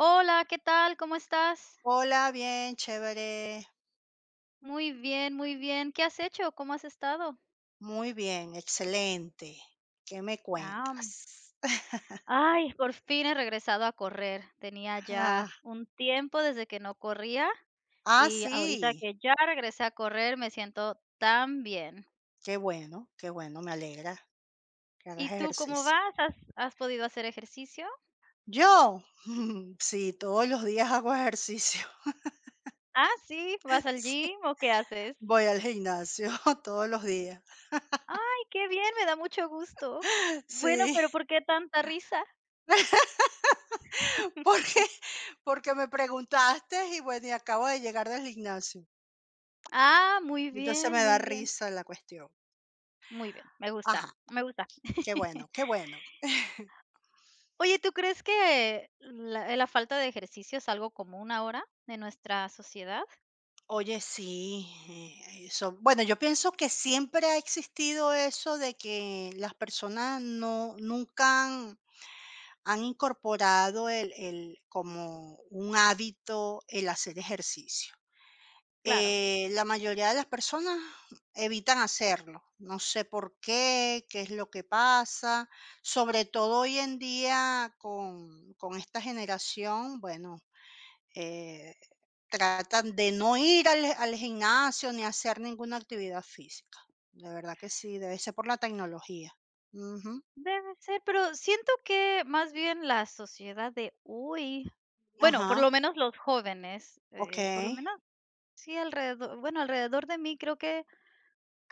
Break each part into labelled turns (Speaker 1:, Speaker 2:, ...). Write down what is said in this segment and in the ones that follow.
Speaker 1: Hola, ¿qué tal? ¿Cómo estás?
Speaker 2: Hola, bien, chévere.
Speaker 1: Muy bien, muy bien. ¿Qué has hecho? ¿Cómo has estado?
Speaker 2: Muy bien, excelente. ¿Qué me
Speaker 1: Ah,
Speaker 2: cuentas?
Speaker 1: ay, por fin he regresado a correr. Tenía
Speaker 2: Ah,
Speaker 1: ya un tiempo desde que no corría y ahorita
Speaker 2: sí.
Speaker 1: que ya regresé a correr me siento tan bien.
Speaker 2: Qué bueno, me alegra que
Speaker 1: ¿Y
Speaker 2: hagas
Speaker 1: tú cómo
Speaker 2: ejercicio.
Speaker 1: vas? ¿Has podido hacer ejercicio?
Speaker 2: Yo, sí, todos los días hago ejercicio.
Speaker 1: Ah, sí, ¿vas al
Speaker 2: Sí,
Speaker 1: gym o qué haces?
Speaker 2: voy al gimnasio todos los días.
Speaker 1: Ay, qué bien, me da mucho gusto. Bueno,
Speaker 2: Sí.
Speaker 1: pero ¿por qué tanta risa?
Speaker 2: Porque porque me preguntaste y bueno, y acabo de llegar del gimnasio.
Speaker 1: Ah, muy
Speaker 2: Entonces
Speaker 1: bien,
Speaker 2: me da
Speaker 1: muy bien.
Speaker 2: risa la cuestión.
Speaker 1: Muy bien, me gusta,
Speaker 2: Ajá.
Speaker 1: me gusta.
Speaker 2: Qué bueno, qué bueno.
Speaker 1: Oye, ¿tú crees que la falta de ejercicio es algo común ahora de nuestra sociedad?
Speaker 2: Oye, sí, eso. Bueno, yo pienso que siempre ha existido eso de que las personas no, nunca han incorporado como un hábito el hacer ejercicio.
Speaker 1: Claro,
Speaker 2: La mayoría de las personas evitan hacerlo. No sé por qué, qué es lo que pasa. Sobre todo hoy en día con esta generación, bueno, eh, tratan de no ir al gimnasio ni hacer ninguna actividad física. De verdad que sí, debe ser por la tecnología. Ujú.
Speaker 1: debe ser, pero siento que más bien la sociedad de hoy, bueno, por lo
Speaker 2: Ajá,
Speaker 1: menos los jóvenes, por lo
Speaker 2: okey.
Speaker 1: menos sí alrededor, bueno, alrededor de mí creo que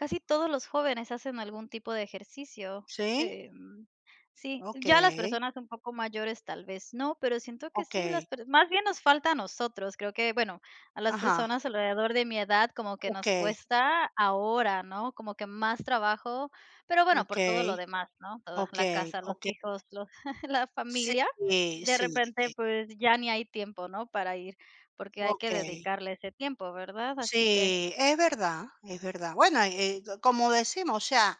Speaker 1: casi todos los jóvenes hacen algún tipo de ejercicio.
Speaker 2: Sí,
Speaker 1: em, sí, ya las
Speaker 2: okey,
Speaker 1: personas un poco mayores tal vez no, pero siento que sí,
Speaker 2: okey.
Speaker 1: las per más bien nos falta a nosotros, creo que, bueno, a las
Speaker 2: Ajá,
Speaker 1: personas alrededor de mi edad como que nos
Speaker 2: okey,
Speaker 1: cuesta ahora, ¿no? Como que más trabajo, pero bueno, por todo
Speaker 2: okey,
Speaker 1: lo demás, ¿no? Toda la
Speaker 2: okey,
Speaker 1: casa, los
Speaker 2: okey.
Speaker 1: hijos, los la
Speaker 2: Sí,
Speaker 1: familia, de
Speaker 2: sí,
Speaker 1: repente,
Speaker 2: sí.
Speaker 1: pues, ya ni hay tiempo, ¿no? Para ir, porque hay que
Speaker 2: Okey.
Speaker 1: dedicarle ese tiempo, ¿verdad? Así que,
Speaker 2: Sí, es verdad, es verdad. Bueno, como decimos, o sea,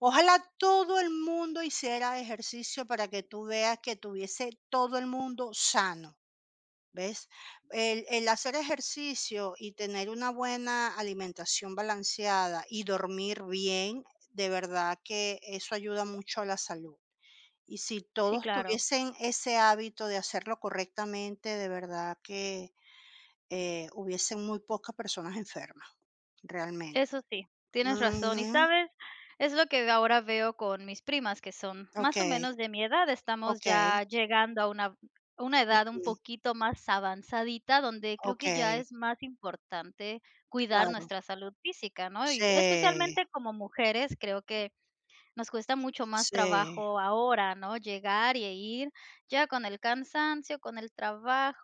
Speaker 2: ojalá todo el mundo hiciera ejercicio para que tú veas que tuviese todo el mundo sano, ¿ves? El hacer ejercicio y tener una buena alimentación balanceada y dormir bien, de verdad que eso ayuda mucho a la salud. Y si
Speaker 1: sí,
Speaker 2: todos
Speaker 1: claro.
Speaker 2: tuviesen ese hábito de hacerlo correctamente, de verdad que hubiesen muy pocas personas enfermas, realmente.
Speaker 1: Eso sí, tienes razón. Y
Speaker 2: Ujú,
Speaker 1: sabes, es lo que ahora veo con mis primas, que son
Speaker 2: ok,
Speaker 1: más o menos de mi edad. Estamos
Speaker 2: ok,
Speaker 1: ya llegando a una edad un
Speaker 2: ujú,
Speaker 1: poquito más avanzadita, donde creo
Speaker 2: ok.
Speaker 1: que ya es más importante cuidar
Speaker 2: Claro,
Speaker 1: nuestra salud física, ¿no? Y
Speaker 2: sí,
Speaker 1: especialmente como mujeres, creo que nos cuesta mucho más
Speaker 2: sí,
Speaker 1: trabajo ahora, ¿no? Llegar y ir ya con el cansancio, con el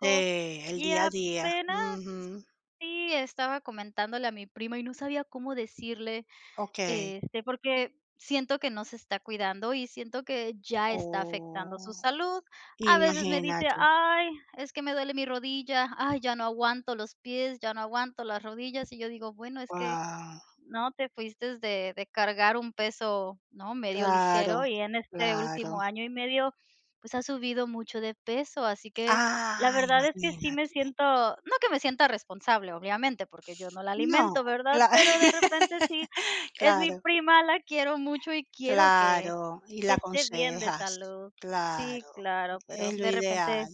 Speaker 2: sí, el
Speaker 1: Y
Speaker 2: día a día,
Speaker 1: apenas
Speaker 2: ujú,
Speaker 1: sí estaba comentándole a mi prima y no sabía cómo decirle,
Speaker 2: okey.
Speaker 1: porque siento que no se está cuidando y siento que ya está afectando su
Speaker 2: Oh,
Speaker 1: salud. A veces me dice:
Speaker 2: imagínate,
Speaker 1: "Ay, es que me duele mi rodilla, ay, ya no aguanto los pies, ya no aguanto las rodillas", y yo digo: "Bueno, es que
Speaker 2: guau,
Speaker 1: no, te fuiste de cargar un peso, ¿no?, medio
Speaker 2: claro,
Speaker 1: ligero, y en este
Speaker 2: claro.
Speaker 1: último año y medio, pues, has subido mucho de peso, así que la
Speaker 2: Ah,
Speaker 1: verdad es que sí me
Speaker 2: imagínate.
Speaker 1: siento no que me sienta responsable, obviamente, porque yo no la
Speaker 2: No,
Speaker 1: alimento, ¿verdad?,
Speaker 2: cla
Speaker 1: pero de repente sí, es mi
Speaker 2: claro,
Speaker 1: prima, la quiero mucho y quiero que
Speaker 2: claro, y la
Speaker 1: que esté bien de
Speaker 2: aconsejas,
Speaker 1: salud.
Speaker 2: claro,
Speaker 1: Sí, claro, pero
Speaker 2: es lo
Speaker 1: de repente
Speaker 2: ideal,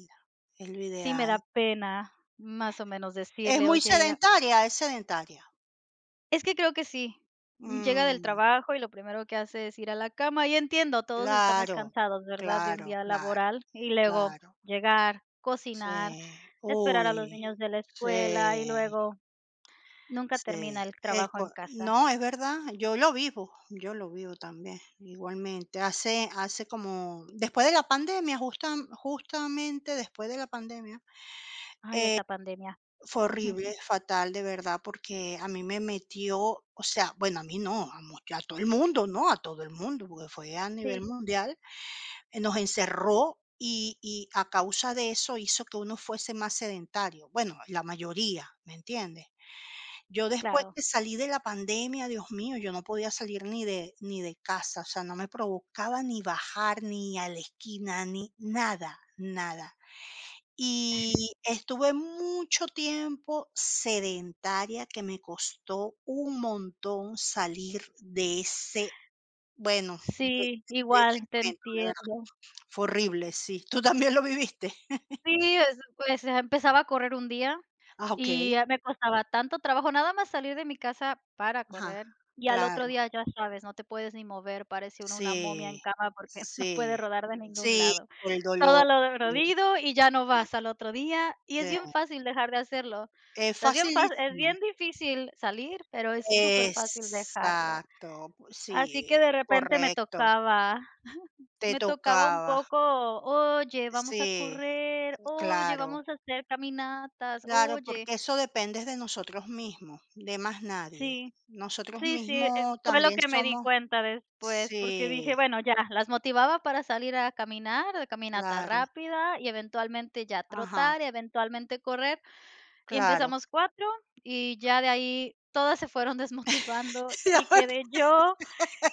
Speaker 2: es lo
Speaker 1: sí me
Speaker 2: ideal.
Speaker 1: da pena más o menos
Speaker 2: Es
Speaker 1: decirle:
Speaker 2: muy
Speaker 1: "Oye,
Speaker 2: sedentaria, es sedentaria.
Speaker 1: es que creo que sí. Llega del
Speaker 2: Mm,
Speaker 1: trabajo y lo primero que hace es ir a la cama. Y entiendo, todos estamos
Speaker 2: claro,
Speaker 1: cansados, ¿verdad? De un
Speaker 2: claro,
Speaker 1: día
Speaker 2: claro.
Speaker 1: laboral y luego
Speaker 2: Claro,
Speaker 1: llegar, cocinar,
Speaker 2: sí,
Speaker 1: esperar a los
Speaker 2: uy,
Speaker 1: niños de la escuela y
Speaker 2: sí,
Speaker 1: luego nunca termina
Speaker 2: sí,
Speaker 1: el
Speaker 2: es
Speaker 1: trabajo
Speaker 2: co
Speaker 1: en casa.
Speaker 2: no, es verdad, yo lo vivo también, igualmente. Hace como después de la pandemia, justamente después de la pandemia,
Speaker 1: Ay, esa pandemia.
Speaker 2: fue horrible, fatal, de verdad, porque a mí me metió, o sea, bueno, a mí no, a todo el mundo, ¿no? A todo el mundo, porque fue a nivel
Speaker 1: Sí,
Speaker 2: mundial. Nos encerró y a causa de eso hizo que uno fuese más sedentario. Bueno, la mayoría, ¿me entiendes? Yo después
Speaker 1: claro.
Speaker 2: que salí de la pandemia, Dios mío, yo no podía salir ni de casa, o sea, no me provocaba ni bajar, ni a la esquina, ni nada, nada. Y estuve mucho tiempo sedentaria que me costó un montón salir de ese bueno,
Speaker 1: Sí,
Speaker 2: de ese
Speaker 1: igual, te
Speaker 2: momento, de verdad.
Speaker 1: entiendo.
Speaker 2: Fue horrible, sí. ¿Tú también lo viviste?
Speaker 1: Sí, es pues, empezaba a correr un día.
Speaker 2: Ah,
Speaker 1: Y,
Speaker 2: okey.
Speaker 1: ah, me costaba tanto trabajo nada más salir de mi casa para
Speaker 2: Ajá.
Speaker 1: correr, y al otro
Speaker 2: Claro.
Speaker 1: día, ya sabes, no te puedes ni mover, parece uno una momia
Speaker 2: Sí,
Speaker 1: en cama porque no puede
Speaker 2: sí.
Speaker 1: rodar de ningún
Speaker 2: Sí,
Speaker 1: lado.
Speaker 2: por el
Speaker 1: Todo
Speaker 2: dolor.
Speaker 1: lo
Speaker 2: Sí,
Speaker 1: adolorido y ya no
Speaker 2: sí,
Speaker 1: vas al otro día, y
Speaker 2: sí.
Speaker 1: es bien fácil dejar de hacerlo. O
Speaker 2: Es
Speaker 1: sea, es bien fácil, es
Speaker 2: facilísimo.
Speaker 1: bien difícil salir, pero es súper fácil dejarlo.
Speaker 2: Exacto.
Speaker 1: Así
Speaker 2: Sí,
Speaker 1: que de repente me
Speaker 2: correcto.
Speaker 1: tocaba
Speaker 2: Te
Speaker 1: me tocaba un
Speaker 2: tocaba.
Speaker 1: poco, oye, vamos a
Speaker 2: Sí,
Speaker 1: correr, oye,
Speaker 2: claro.
Speaker 1: vamos a hacer caminatas,
Speaker 2: Claro,
Speaker 1: oye.
Speaker 2: porque eso depende de nosotros mismos, de más nadie.
Speaker 1: Sí.
Speaker 2: Nosotros
Speaker 1: Sí, sí,
Speaker 2: mismos
Speaker 1: fue lo
Speaker 2: también
Speaker 1: que me di
Speaker 2: somos
Speaker 1: cuenta después, porque
Speaker 2: sí,
Speaker 1: dije, bueno, ya, las motivaba para salir a caminar, de caminata
Speaker 2: claro,
Speaker 1: rápida y eventualmente ya
Speaker 2: ajá,
Speaker 1: trotar y eventualmente correr. Y
Speaker 2: claro.
Speaker 1: empezamos 4 y ya de ahí todas se fueron desmotivando
Speaker 2: Ya
Speaker 1: y quedé
Speaker 2: me
Speaker 1: yo.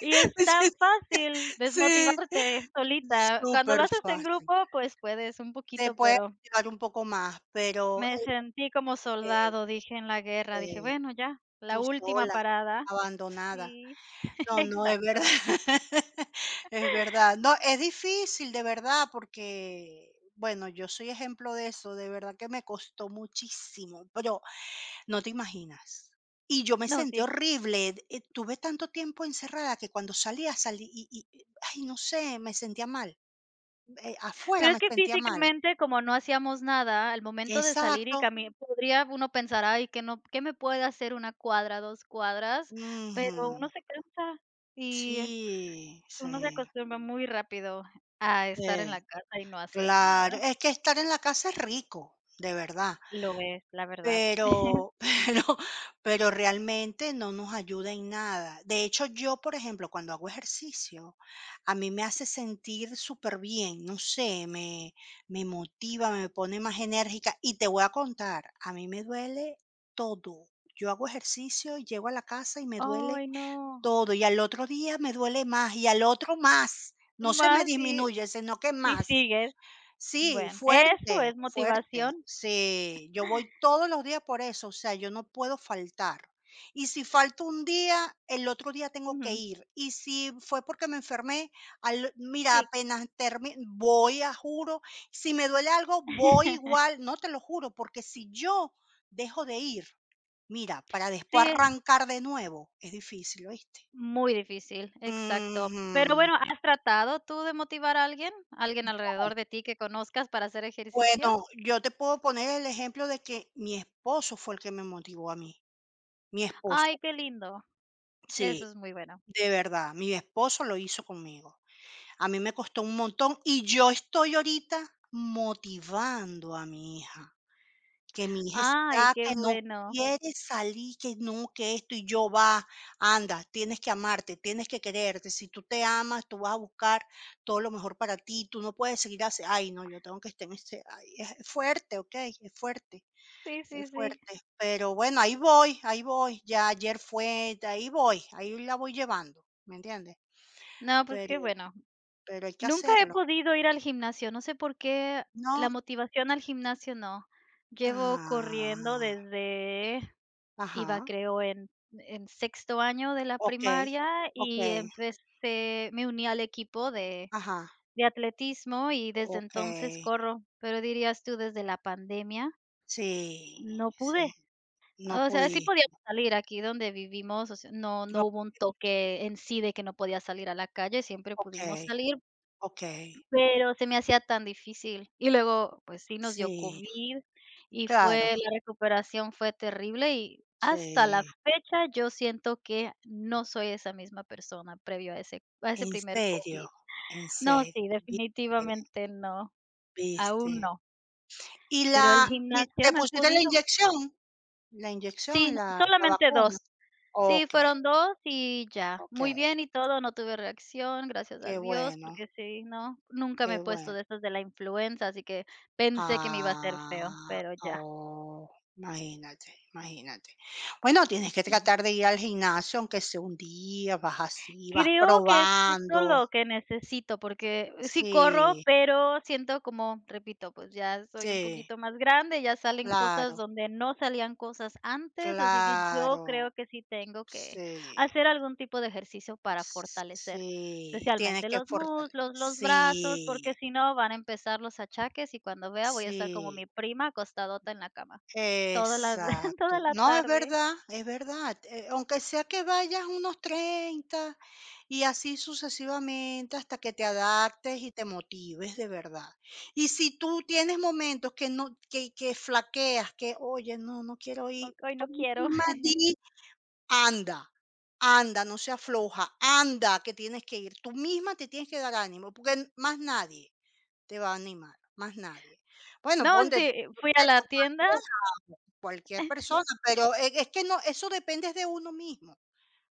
Speaker 1: Y es
Speaker 2: me
Speaker 1: tan
Speaker 2: siento
Speaker 1: fácil
Speaker 2: sí,
Speaker 1: desmotivarte solita. Cuando lo haces en
Speaker 2: superfácil.
Speaker 1: grupo, pues puedes un
Speaker 2: Te
Speaker 1: poquito,
Speaker 2: puede
Speaker 1: pero
Speaker 2: llevar un poco más, pero,
Speaker 1: me sentí como
Speaker 2: eh,
Speaker 1: soldado, dije, en la guerra, dije,
Speaker 2: eh,
Speaker 1: bueno, ya, la
Speaker 2: tú
Speaker 1: última
Speaker 2: sola,
Speaker 1: parada.
Speaker 2: abandonada.
Speaker 1: Sí.
Speaker 2: No, no, es verdad.
Speaker 1: Exacto.
Speaker 2: Es verdad. No, es difícil, de verdad, porque, bueno, yo soy ejemplo de eso, de verdad que me costó muchísimo, pero no te imaginas. Y yo me
Speaker 1: No,
Speaker 2: sentí
Speaker 1: sí.
Speaker 2: horrible, tuve tanto tiempo encerrada que cuando salía, salí, ay, no sé, me sentía mal, afuera
Speaker 1: Pero
Speaker 2: me
Speaker 1: es que
Speaker 2: sentía mal.
Speaker 1: físicamente, como no hacíamos nada, al momento de salir
Speaker 2: Exacto.
Speaker 1: y caminar, podría uno pensar: "Ay, que no qué me puede hacer una cuadra, 2 cuadras?".
Speaker 2: Ujú.
Speaker 1: Pero uno se cansa y
Speaker 2: Sí, sí,
Speaker 1: uno se acostumbra muy rápido a estar en la
Speaker 2: sí,
Speaker 1: casa y no hacer nada.
Speaker 2: claro. Es que estar en la casa es rico, de verdad.
Speaker 1: Lo es, la verdad.
Speaker 2: Pero pero pero realmente no nos ayuda en nada. De hecho, yo, por ejemplo, cuando hago ejercicio, a mí me hace sentir súper bien no sé, me motiva, me pone más enérgica. Y te voy a contar, a mí me duele todo. Yo hago ejercicio, llego a la casa y me duele
Speaker 1: Ay, no.
Speaker 2: todo, y al otro día me duele más, y al otro más. No se me
Speaker 1: Más
Speaker 2: disminuye, sino que
Speaker 1: y
Speaker 2: más.
Speaker 1: sigues.
Speaker 2: Sí,
Speaker 1: Bueno, eso es
Speaker 2: fuerte, fuerte.
Speaker 1: motivación.
Speaker 2: Sí, yo voy todos los días por eso, o sea, yo no puedo faltar. Y si falto un día, el otro día tengo que
Speaker 1: Ujú.
Speaker 2: ir. Y si fue porque me enfermé, mira,
Speaker 1: Sí.
Speaker 2: apenas termino, voy a juro. Si me duele algo, voy igual, no te lo juro, porque si yo dejo de ir, mira, para después
Speaker 1: Sí.
Speaker 2: arrancar de nuevo, es difícil, ¿oíste?
Speaker 1: Muy difícil, exacto. Pero
Speaker 2: Ujú.
Speaker 1: bueno, sí. ¿Has tratado tú de motivar a alguien? ¿Alguien alrededor de ti que conozcas para hacer ejercicio?
Speaker 2: Bueno, yo te puedo poner el ejemplo de que mi esposo fue el que me motivó a mí, mi
Speaker 1: Ay,
Speaker 2: esposo.
Speaker 1: qué lindo. Eso
Speaker 2: Sí,
Speaker 1: es muy bueno.
Speaker 2: de verdad, mi esposo lo hizo conmigo. A mí me costó un montón y yo estoy ahorita motivando a mi hija, que mi hija
Speaker 1: Ay,
Speaker 2: está
Speaker 1: qué
Speaker 2: que no
Speaker 1: bueno.
Speaker 2: quiere salir, que no, que esto y yo va, anda, tienes que amarte, tienes que quererte, si tú te amas, tú vas a buscar todo lo mejor para ti, tú no puedes seguir así, ay no, yo tengo que estar en este, ay, es fuerte, ok, es fuerte.
Speaker 1: Sí, sí,
Speaker 2: Es
Speaker 1: sí.
Speaker 2: fuerte, pero bueno, ahí voy, ya ayer fue, ahí voy, ahí la voy llevando, ¿me entiendes?
Speaker 1: No, pues
Speaker 2: Pero
Speaker 1: qué bueno.
Speaker 2: hay que
Speaker 1: Nunca he
Speaker 2: hacerlo.
Speaker 1: podido ir al gimnasio. No sé por qué la
Speaker 2: No
Speaker 1: motivación al gimnasio no. Llevo corriendo
Speaker 2: ah,
Speaker 1: desde, iba
Speaker 2: ajá,
Speaker 1: creo en, sexto año de la
Speaker 2: okey,
Speaker 1: primaria y
Speaker 2: okey,
Speaker 1: empecé, me uní al equipo de
Speaker 2: ajá,
Speaker 1: atletismo y desde entonces
Speaker 2: okey.
Speaker 1: corro, pero dirías tú desde la pandemia
Speaker 2: Sí,
Speaker 1: no pude.
Speaker 2: sí, no
Speaker 1: O sea, sí
Speaker 2: pude
Speaker 1: podíamos salir aquí donde vivimos, o sea,
Speaker 2: no,
Speaker 1: no hubo un toque en sí de que no podía salir a la calle, siempre pudimos
Speaker 2: okey,
Speaker 1: salir,
Speaker 2: okey,
Speaker 1: pero se me hacía tan difícil. Y luego, pues sí, nos dio
Speaker 2: sí,
Speaker 1: COVID y fue
Speaker 2: claro,
Speaker 1: la recuperación fue terrible y hasta la
Speaker 2: sí,
Speaker 1: fecha yo siento que no soy esa misma persona previo a ese
Speaker 2: en
Speaker 1: primer
Speaker 2: serio,
Speaker 1: COVID.
Speaker 2: en
Speaker 1: No,
Speaker 2: serio,
Speaker 1: sí,
Speaker 2: ¿viste?
Speaker 1: definitivamente no, aún
Speaker 2: ¿Viste?
Speaker 1: no.
Speaker 2: ¿Y
Speaker 1: Pero el
Speaker 2: la y
Speaker 1: gimnasio
Speaker 2: te
Speaker 1: no he
Speaker 2: pusiste la
Speaker 1: podido.
Speaker 2: inyección? La inyección,
Speaker 1: Sí,
Speaker 2: la
Speaker 1: solamente
Speaker 2: vacuna.
Speaker 1: 2. Sí,
Speaker 2: Okey,
Speaker 1: fueron 2 y ya. Muy
Speaker 2: okey.
Speaker 1: bien y todo, no tuve reacción, gracias a
Speaker 2: Qué
Speaker 1: Dios,
Speaker 2: bueno,
Speaker 1: porque sí, no, nunca me
Speaker 2: qué
Speaker 1: he puesto
Speaker 2: bueno.
Speaker 1: de esas de la influenza, así que pensé que me iba a hacer feo,
Speaker 2: Ah,
Speaker 1: pero ya.
Speaker 2: oh, imagínate, imagínate. Bueno, tienes que
Speaker 1: Sí.
Speaker 2: tratar de ir al gimnasio, aunque sea un día, vas así, vas
Speaker 1: Creo que es justo
Speaker 2: probando.
Speaker 1: lo que necesito, porque sí corro,
Speaker 2: Sí,
Speaker 1: pero siento como, repito, pues ya soy un
Speaker 2: sí,
Speaker 1: poquito más grande, ya salen cosas
Speaker 2: claro,
Speaker 1: donde no salían cosas antes, así que yo creo
Speaker 2: claro.
Speaker 1: que sí tengo que
Speaker 2: Sí,
Speaker 1: hacer algún tipo de ejercicio para fortalecer,
Speaker 2: sí, tienes
Speaker 1: especialmente
Speaker 2: que
Speaker 1: los
Speaker 2: fortale
Speaker 1: muslos, los brazos,
Speaker 2: sí,
Speaker 1: porque si no van a empezar los achaques y cuando vea voy a estar como
Speaker 2: sí.
Speaker 1: mi prima acostadota en la cama toda la toda
Speaker 2: Exacto.
Speaker 1: la
Speaker 2: No, es
Speaker 1: tarde.
Speaker 2: verdad, es verdad. Aunque sea que vayas unos 30 y así sucesivamente hasta que te adaptes y te motives de verdad. Y si tú tienes momentos que no, que flaqueas, que oye, no, no quiero
Speaker 1: No,
Speaker 2: ir,
Speaker 1: hoy
Speaker 2: tú
Speaker 1: no quiero.
Speaker 2: misma di, anda, anda, no se afloja, anda, que tienes que ir. Tú misma te tienes que dar ánimo, porque n- más nadie. Te va a animar, más nadie. Bueno,
Speaker 1: No,
Speaker 2: ponte,
Speaker 1: sí,
Speaker 2: no
Speaker 1: fui a
Speaker 2: sé,
Speaker 1: la
Speaker 2: tu
Speaker 1: tienda.
Speaker 2: pareja, cualquier persona, pero es que no, eso depende de uno mismo,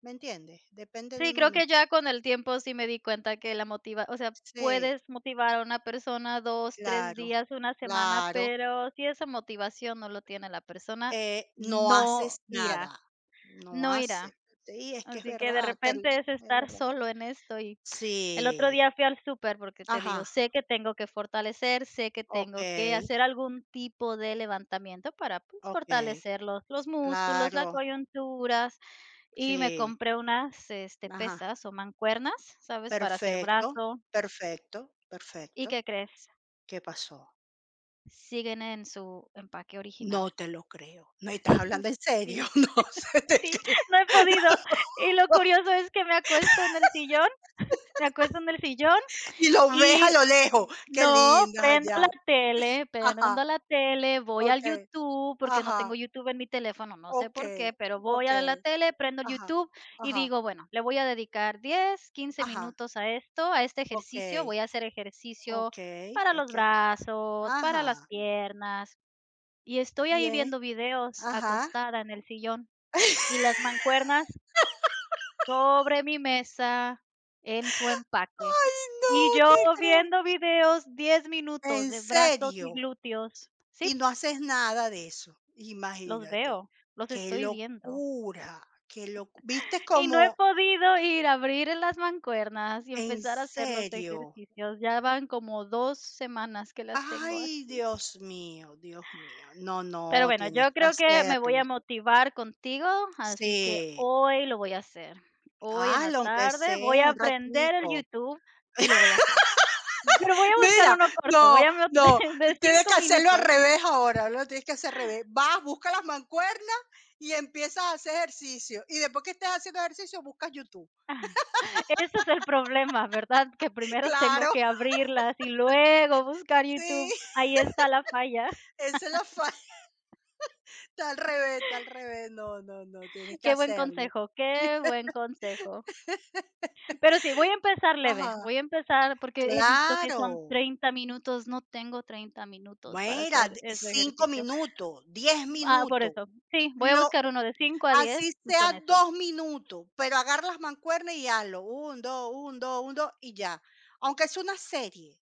Speaker 2: ¿me entiendes? Depende de
Speaker 1: Sí,
Speaker 2: uno
Speaker 1: creo que
Speaker 2: mismo.
Speaker 1: ya con el tiempo sí me di cuenta que la motiva, o sea,
Speaker 2: Sí,
Speaker 1: puedes motivar a una persona dos, 3
Speaker 2: claro,
Speaker 1: días, una semana,
Speaker 2: claro.
Speaker 1: pero si esa motivación no lo tiene la persona,
Speaker 2: No
Speaker 1: no
Speaker 2: haces
Speaker 1: irá,
Speaker 2: nada, no
Speaker 1: no
Speaker 2: haces
Speaker 1: irá.
Speaker 2: sí, es que es
Speaker 1: Así que de
Speaker 2: verdad, te es
Speaker 1: repente es estar
Speaker 2: verdad.
Speaker 1: solo en esto. Y el otro
Speaker 2: Sí,
Speaker 1: día fui al súper porque te digo,
Speaker 2: ajá,
Speaker 1: sé que tengo que fortalecer, sé que tengo que
Speaker 2: okey,
Speaker 1: hacer algún tipo de levantamiento para, pues,
Speaker 2: okey,
Speaker 1: fortalecer los músculos, las
Speaker 2: claro,
Speaker 1: coyunturas. Y me
Speaker 2: sí,
Speaker 1: compré unas,
Speaker 2: ajá,
Speaker 1: pesas o mancuernas, ¿sabes? Para hacer
Speaker 2: perfecto,
Speaker 1: brazo.
Speaker 2: perfecto,
Speaker 1: ¿Y
Speaker 2: perfecto.
Speaker 1: qué crees?
Speaker 2: ¿Qué pasó?
Speaker 1: Siguen en su empaque original.
Speaker 2: No te lo creo. ¿Me estás hablando en serio?
Speaker 1: Sí,
Speaker 2: No se te
Speaker 1: sí,
Speaker 2: creo.
Speaker 1: no he podido. Y lo curioso es que me acuesto en el sillón, me acuesto en el sillón.
Speaker 2: Y lo ves
Speaker 1: Y
Speaker 2: a lo lejos. Qué
Speaker 1: no,
Speaker 2: lindas allá.
Speaker 1: prendo
Speaker 2: Ajá,
Speaker 1: la tele, voy al
Speaker 2: okey.
Speaker 1: YouTube, porque no tengo
Speaker 2: Ajá,
Speaker 1: YouTube en mi teléfono, no sé por
Speaker 2: okey,
Speaker 1: qué, pero voy a
Speaker 2: okey.
Speaker 1: la tele, prendo el
Speaker 2: Ajá,
Speaker 1: YouTube y
Speaker 2: ajá,
Speaker 1: digo, bueno, le voy a dedicar diez quince
Speaker 2: ajá.
Speaker 1: minutos a esto, a este ejercicio,
Speaker 2: Okey,
Speaker 1: voy a hacer ejercicio
Speaker 2: okey,
Speaker 1: para los
Speaker 2: okey.
Speaker 1: brazos, para
Speaker 2: Ajá.
Speaker 1: las piernas, y estoy
Speaker 2: Y,
Speaker 1: ahí viendo videos
Speaker 2: ajá.
Speaker 1: acostada en el sillón y las mancuernas sobre mi mesa en su empaque.
Speaker 2: Ay, no
Speaker 1: Y yo
Speaker 2: te creo.
Speaker 1: viendo videos 10 minutos
Speaker 2: ¿En
Speaker 1: de brazos
Speaker 2: serio?
Speaker 1: y glúteos. Sí,
Speaker 2: Y no haces nada de eso,
Speaker 1: los
Speaker 2: imagínate.
Speaker 1: veo, los
Speaker 2: Qué
Speaker 1: estoy viendo.
Speaker 2: locura, qué locu ¿Viste
Speaker 1: Y no he
Speaker 2: como
Speaker 1: podido ir a abrir las mancuernas y
Speaker 2: en
Speaker 1: empezar a hacer los
Speaker 2: serio?
Speaker 1: ejercicios. Ya van como 2 semanas que las tengo así.
Speaker 2: Ay, Dios mío, Dios mío. No,
Speaker 1: Pero
Speaker 2: no,
Speaker 1: bueno,
Speaker 2: tienes
Speaker 1: yo
Speaker 2: que
Speaker 1: creo que me voy
Speaker 2: hacerlo.
Speaker 1: a motivar contigo, así que
Speaker 2: Sí,
Speaker 1: hoy lo voy a hacer. Hoy en la
Speaker 2: hazlo aunque
Speaker 1: tarde voy
Speaker 2: sea
Speaker 1: a
Speaker 2: un
Speaker 1: aprender el
Speaker 2: ratico.
Speaker 1: YouTube y lo voy a hacer. Pero voy a buscar
Speaker 2: Mira,
Speaker 1: uno corto, voy
Speaker 2: no,
Speaker 1: a
Speaker 2: no,
Speaker 1: de
Speaker 2: tienes que
Speaker 1: 5
Speaker 2: hacerlo al
Speaker 1: minutos.
Speaker 2: revés ahora, lo tienes que hacer al revés. Vas, busca las mancuernas y empiezas a hacer ejercicio. Y después que estés haciendo ejercicio, buscas YouTube.
Speaker 1: Ese es el problema, ¿verdad? Que primero tengo
Speaker 2: Claro,
Speaker 1: que abrirlas y luego buscar YouTube.
Speaker 2: sí.
Speaker 1: Ahí está la falla.
Speaker 2: Esa es la falta, al revés, está al revés. No, no, no, tienes que
Speaker 1: Qué buen
Speaker 2: hacerlo.
Speaker 1: consejo, qué buen consejo. Pero sí, voy a empezar leve,
Speaker 2: Ajá,
Speaker 1: voy a empezar porque he visto que
Speaker 2: claro.
Speaker 1: son 30 minutos, no tengo 30 minutos para
Speaker 2: Mira,
Speaker 1: hacer
Speaker 2: de
Speaker 1: ese
Speaker 2: 5
Speaker 1: ejercicio.
Speaker 2: minutos, 10
Speaker 1: Ah, por
Speaker 2: minutos,
Speaker 1: eso. Sí, voy a
Speaker 2: lo
Speaker 1: buscar uno de 5 a
Speaker 2: así
Speaker 1: 10 y
Speaker 2: sea
Speaker 1: con eso.
Speaker 2: 2 minutos, pero agarra las mancuernas y hazlo, 1, 2, 1, 2, 1, 2 y ya. Aunque es una serie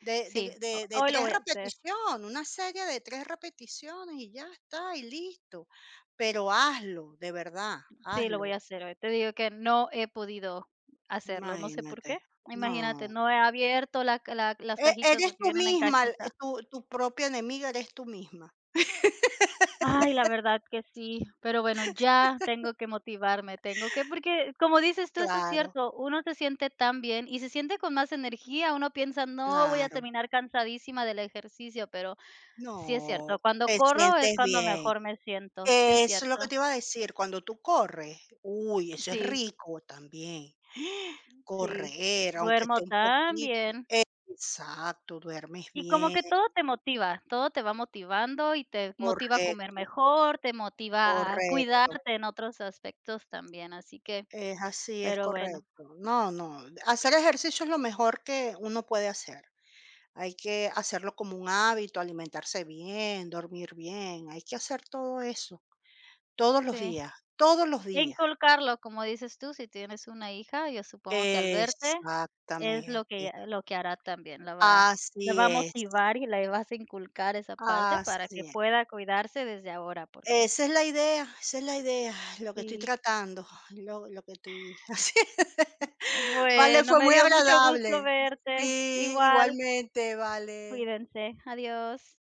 Speaker 2: de de
Speaker 1: Sí, ho
Speaker 2: de de
Speaker 1: hoy lo
Speaker 2: 3
Speaker 1: voy a hacer.
Speaker 2: repetición, una serie de 3 repeticiones y ya está, y listo. Pero hazlo, de verdad,
Speaker 1: Sí, lo voy
Speaker 2: hazlo.
Speaker 1: a hacer hoy. Te digo que no he podido hacerlo, no sé por
Speaker 2: Imagínate.
Speaker 1: qué. Imagínate,
Speaker 2: No.
Speaker 1: no he abierto la ca la las
Speaker 2: E
Speaker 1: cajitas
Speaker 2: eres
Speaker 1: porque
Speaker 2: tú
Speaker 1: vienen en
Speaker 2: misma, el
Speaker 1: cajita.
Speaker 2: tu propia enemiga eres tú misma.
Speaker 1: Ay, la verdad que sí, pero bueno, ya tengo que motivarme, tengo que porque como dices tú, eso es
Speaker 2: Claro,
Speaker 1: cierto, uno se siente tan bien y se siente con más energía, uno piensa: "No, voy a
Speaker 2: claro.
Speaker 1: terminar cansadísima del ejercicio", pero sí es
Speaker 2: No,
Speaker 1: cierto, cuando
Speaker 2: te
Speaker 1: corro es
Speaker 2: sientes
Speaker 1: cuando
Speaker 2: bien.
Speaker 1: mejor me siento, sí es
Speaker 2: Eso es lo que
Speaker 1: cierto.
Speaker 2: te iba a decir, cuando tú corres, uy, eso es
Speaker 1: Sí,
Speaker 2: rico también.
Speaker 1: sí,
Speaker 2: Correr, aunque
Speaker 1: duermo
Speaker 2: sea un
Speaker 1: tan
Speaker 2: poquito,
Speaker 1: bien.
Speaker 2: exacto, duermes
Speaker 1: Y como
Speaker 2: bien,
Speaker 1: que todo te motiva, todo te va motivando y te motiva a comer
Speaker 2: correcto,
Speaker 1: mejor, te motiva a
Speaker 2: correcto.
Speaker 1: cuidarte en otros aspectos también, así que,
Speaker 2: Es así, es
Speaker 1: pero bueno,
Speaker 2: correcto. No, no, hacer ejercicio es lo mejor que uno puede hacer. Hay que hacerlo como un hábito, alimentarse bien, dormir bien, hay que hacer todo eso, todos los
Speaker 1: sí.
Speaker 2: días, todos los
Speaker 1: E
Speaker 2: días.
Speaker 1: inculcarlo, como dices tú, si tienes una hija, yo supongo que al verte es lo
Speaker 2: Exactamente,
Speaker 1: que lo que hará también, la va la
Speaker 2: así
Speaker 1: va a
Speaker 2: es,
Speaker 1: motivar y le vas a inculcar esa parte para que
Speaker 2: así es.
Speaker 1: pueda cuidarse desde ahora, porque
Speaker 2: Esa es la idea, esa es la idea, lo que estoy
Speaker 1: sí.
Speaker 2: tratando, lo que estoy haciendo. Vale,
Speaker 1: Bueno,
Speaker 2: fue
Speaker 1: me
Speaker 2: muy
Speaker 1: dio mucho gusto
Speaker 2: agradable.
Speaker 1: verte.
Speaker 2: Sí,
Speaker 1: Igual,
Speaker 2: igualmente, vale.
Speaker 1: cuídense. Adiós.